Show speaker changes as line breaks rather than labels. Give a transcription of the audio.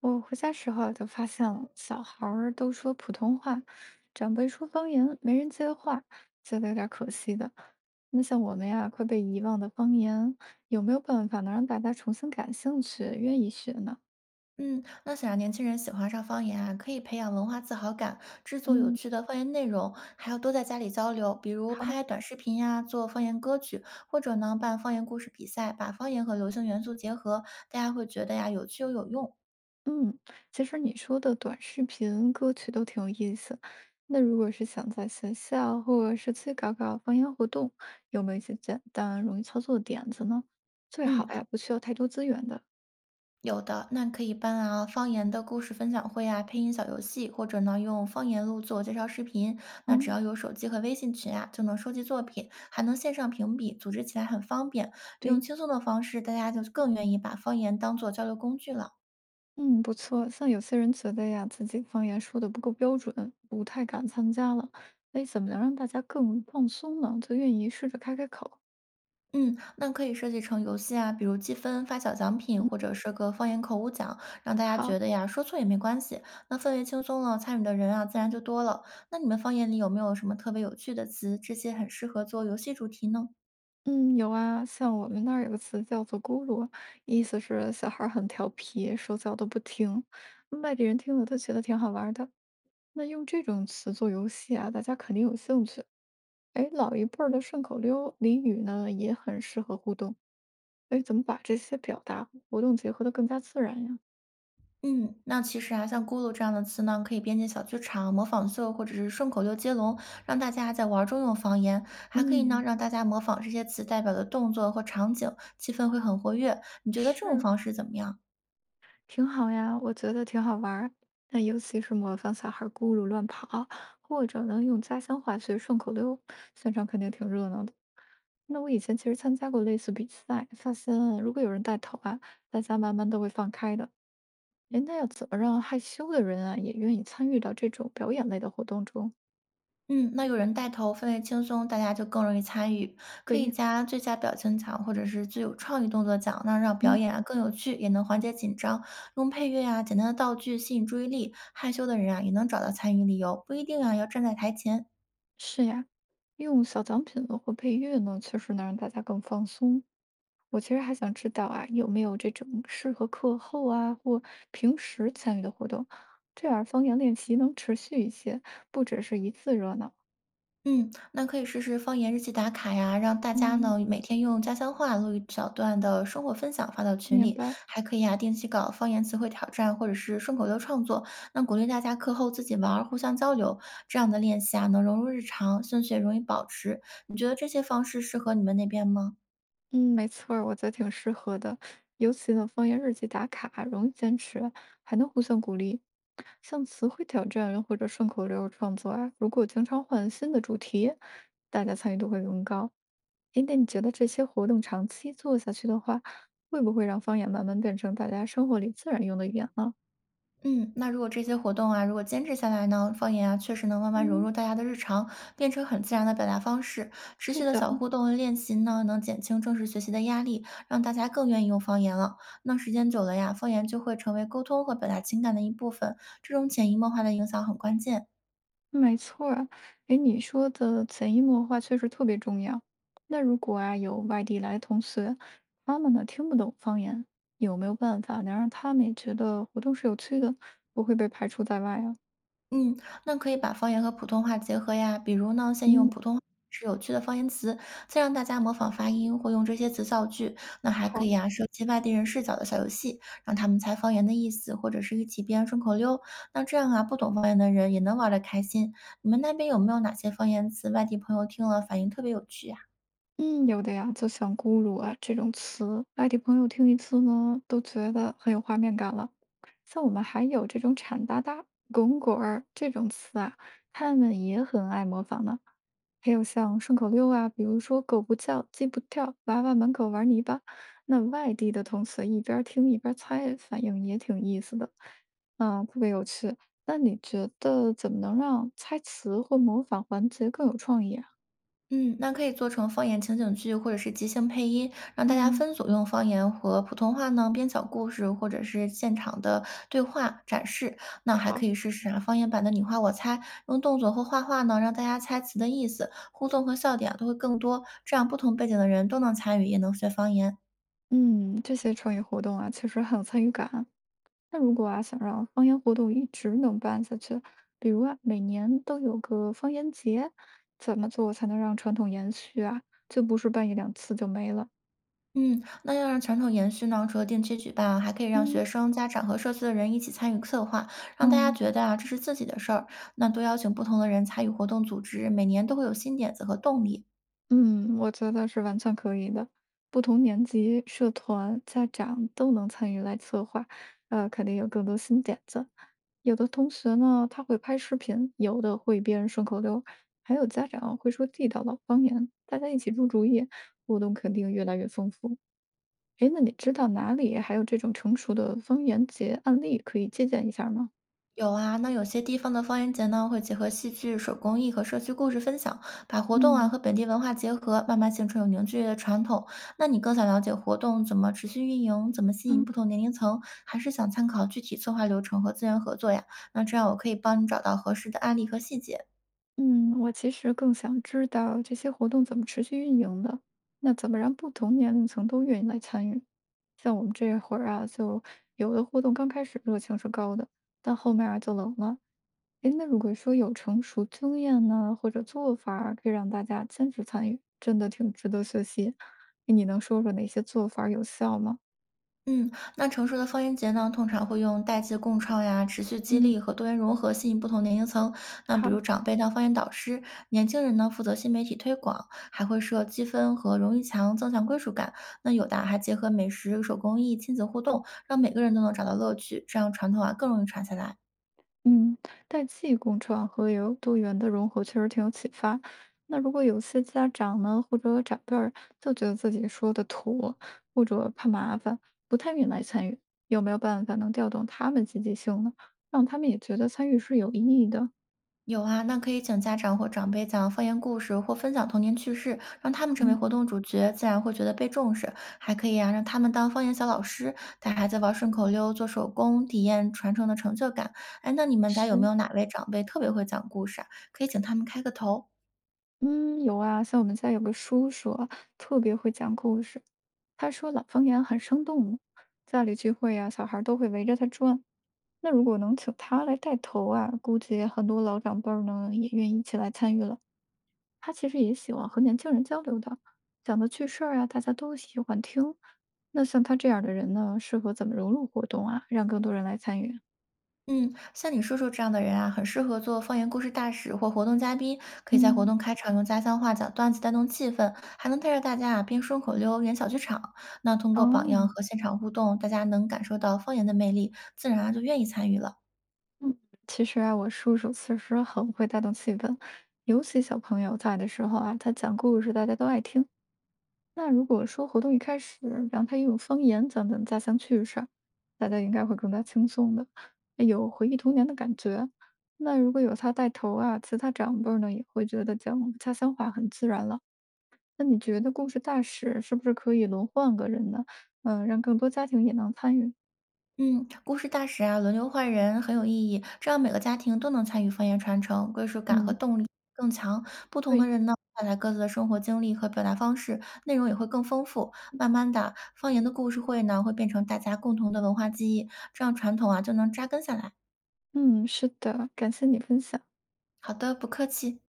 我回家时候啊就发现了，小孩儿都说普通话，长辈说方言，没人接话，觉得有点儿可惜的。那像我们呀，快被遗忘的方言，有没有办法能让大家重新感兴趣，愿意学呢？
嗯，那想让年轻人喜欢上方言啊，可以培养文化自豪感，制作有
嗯，
趣的方言内容，还要多在家里交流，比如
好，
拍短视频呀、做方言歌曲，或者呢办方言故事比赛，把方言和流行元素结合，大家会觉得呀有趣又有用。
嗯，其实你说的短视频、歌曲都挺有意思。那如果是想在学校或社区搞搞方言活动，有没有一些简单、容易操作的点子呢？最
嗯。
好呀，不需要太多资源的。
有的，那可以办啊，方言的故事分享会啊，配音小游戏，或者呢用方言录自我介绍视频。那只
嗯，
要有手机和微信群啊，就能收集作品，还能线上评比，组织起来很方便。用
对。
轻松的方式，大家就更愿意把方言当做交流工具了。
嗯，不错。像有些人觉得呀，自己方言说的不够标准，不太敢参加了。哎，怎么能让大家更放松呢？就愿意试着开开口。
嗯，那可以设计成游戏啊，比如积分、发小奖品，
嗯，
或者设个方言口误奖，让大家
好，
觉得呀，说错也没关系。那氛围轻松了，参与的人啊，自然就多了。那你们方言里有没有什么特别有趣的词？这些很适合做游戏主题呢？
嗯，有啊。像我们那儿有个词叫做“咕噜”，意思是小孩儿很调皮，手脚都不停。外地人听了都觉得挺好玩儿的。那用这种词做游戏啊，大家肯定有兴趣。哎，老一辈儿的顺口溜、俚语呢，也很适合互动。哎，怎么把这些表达活动结合的更加自然呀？
嗯，那其实啊，像“咕噜”这样的词呢，可以编进小剧场、模仿秀或者是顺口溜接龙，让大家在玩儿中用方言，还可以呢
嗯，
让大家模仿这些词代表的动作或场景，气氛会很活跃。你觉得这种
是，
方式怎么样？
挺好呀，我觉得挺好玩儿。那尤其是模仿小孩儿咕噜乱跑，或者呢用家乡话学顺口溜，现场肯定挺热闹的。那我以前其实参加过类似比赛，发现如果有人带头啊，大家慢慢都会放开的。哎，那要怎么让害羞的人啊也愿意参与到这种表演类的活动中？
嗯，那有人带头，氛围轻松，大家就更容易参与。可
对
以
呀，
加最佳表情奖或者是最有创意动作奖，那让表
嗯，
演啊更有趣，也能缓解紧张。用配乐啊、简单的道具吸引注意力，害羞的人啊也能找到参与理由，不一定啊要站在台前。
是呀，用小奖品或配乐呢，确实能让大家更放松。我其实还想知道啊，有没有这种适合课后啊或平时参与的活动，这样方言练习能持续一些，不只是一次热闹。
嗯，那可以试试方言日记打卡呀，让大家
嗯，
呢每天用家乡话录一小段的生活分享发到群
明
里，
白。
还可以啊定期搞方言词汇挑战或者是顺口溜创作，那鼓励大家课后自己玩儿，互相交流，这样的练习啊能融入日常，兴趣也容易保持。你觉得这些方式适合你们那边吗？
嗯，没错儿，我觉得挺适合的。尤其呢，方言日记打卡容易坚持，还能互相鼓励。像词汇挑战或者顺口溜儿创作啊，如果经常换新的主题，大家参与度会更高。哎，那你觉得这些活动长期做下去的话，会不会让方言慢慢变成大家生活里自然用的语言呢？
嗯，那如果这些活动啊，如果坚持下来呢，方言啊，确实能慢慢融
嗯，
入大家的日常，变成很自然的表达方式。持
对
续的
的，
小互动和练习呢，能减轻正式学习的压力，让大家更愿意用方言了。那时间久了呀，方言就会成为沟通和表达情感的一部分，这种潜移默化的影响很关键。
没错儿啊，哎，你说的潜移默化确实特别重要。那如果啊有外地来的同学，他们呢听不懂方言，有没有办法能让他们也觉得活动是有趣的，不会被排除在外啊？
嗯，那可以把方言和普通话结合呀，比如呢，先用
嗯，
普通话是有趣的方言词，再让大家模仿发音或用这些词造句。那还可
好。
以啊，设计外地人视角的小游戏，让他们猜方言的意思，或者是一起编顺口溜。那这样啊，不懂方言的人也能玩得开心。你们那边有没有哪些方言词，外地朋友听了反应特别有趣呀？
嗯，有的呀，就像“咕噜”啊这种词，外地朋友听一次呢，都觉得很有画面感了。像我们还有这种“铲哒哒”“滚滚儿”这种词啊，他们也很爱模仿呢。还有像顺口溜啊，比如说“狗不叫，鸡不跳，娃娃满口玩泥巴”，那外地的同学一边儿听一边儿猜，反应也挺有意思的，嗯，特别有趣。那你觉得怎么能让猜词或模仿环节更有创意啊？
嗯，那可以做成方言情景剧或者是即兴配音，让大家
嗯。
分组用方言和普通话呢编小故事，或者是现场的对话展示。那还
好，
可以试试啊，方言版的你画我猜，用动作和画画呢让大家猜词的意思，互动和笑点啊都会更多，这样不同背景的人都能参与，也能学方言。
嗯，这些创意活动啊，其实很有参与感啊。那如果啊，想让方言活动一直能办下去，比如啊，每年都有个方言节，怎么做才能让传统延续啊？就不是办一两次就没了。
嗯，那要让传统延续呢，除了定期举办啊还可以让学
嗯
生、家长和社区的人一起参与策划，让大家
嗯，
觉得啊这是自己的事儿。那多邀请不同的人参与活动组织，每年都会有新点子和动力。
嗯，我觉得是完全可以的。不同年级、社团、家长都能参与来策划，肯定有更多新点子。有的同学呢，他会拍视频，有的会编顺口溜，还有家长会说地道的方言，大家一起出主意，互动肯定越来越丰富。诶，那你知道哪里还有这种成熟的方言节案例可以借鉴一下吗？
有啊，那有些地方的方言节呢，会结合戏剧、手工艺和社区故事分享，把活动啊
嗯
和本地文化结合，慢慢形成有凝聚力的传统。那你更想了解活动怎么持续运营，怎么吸引不同年龄层，还是想参考具体策划流程和资源合作呀？那这样我可以帮你找到合适的案例和细节。
嗯，我其实更想知道这些活动怎么持续运营的，那怎么让不同年龄层都愿意来参与？像我们这会儿啊，就有的活动刚开始热情是高的，但后面啊就冷了。诶，那如果说有成熟经验呢，或者做法儿可以让大家坚持参与，真的挺值得学习。你能说说哪些做法儿有效吗？
嗯，那成熟的方言节呢，通常会用代际共创呀、持续激
嗯，
励和多元融合吸引不同年龄层。那比
好。
如长辈当方言导师，年轻人呢负责新媒体推广，还会设积分和荣誉墙，增强归属感。那有的啊还结合美食、手工艺、亲子互动，让每个人都能找到乐趣，这样传统啊更容易传下来。
嗯，代际共创和有多元的融合确实挺有启发。那如果有些家长呢，或者长辈儿就觉得自己说的土，或者怕麻烦，不太愿意来参与，有没有办法能调动他们积极性呢？让他们也觉得参与是有意义的？
有啊，那可以请家长或长辈讲方言故事，或分享童年趣事，让他们成为
嗯，
活动主角，自然会觉得被重视。还可以啊，让他们当方言小老师，带孩子玩顺口溜、做手工，体验传承的成就感。哎，那你们家有没
是
有哪位长辈特别会讲故事啊？可以请他们开个头。
嗯，有啊，像我们家有个叔叔啊，特别会讲故事。他说老方言很生动，家里聚会啊，小孩儿都会围着他转。那如果能请他来带头啊，估计很多老长辈儿呢也愿意一起来参与了。他其实也喜欢和年轻人交流的，讲的趣事儿啊，大家都喜欢听。那像他这样的人呢，适合怎么融入活动啊，让更多人来参与啊？
嗯，像你叔叔这样的人啊，很适合做方言故事大使或活动嘉宾，可以在活
嗯，
动开场用家乡话讲段子带动气氛，还能带着大家啊边顺口溜演小剧场。那通过榜样
哦，
和现场互动，大家能感受到方言的魅力，自然啊就愿意参与了。
嗯，其实啊，我叔叔确实很会带动气氛，尤其小朋友在的时候啊，他讲故事大家都爱听。那如果说活动一开始让他用方言讲讲家乡趣事儿，大家应该会更加轻松的，哎有回忆童年的感觉。那如果有他带头啊，其他长辈儿呢也会觉得讲家乡话很自然了。那你觉得故事大使是不是可以轮换个人呢？嗯，让更多家庭也能参与。
嗯，故事大使啊，轮流换人很有意义，这样每个家庭都能参与方言传承，归属感和
嗯，
动力更强。不同的
对。
人呢，带来各自的生活经历和表达方式，内容也会更丰富。慢慢的，方言的故事会呢，会变成大家共同的文化记忆，这样传统啊就能扎根下来。
嗯，是的，感谢你分享。
好的，不客气。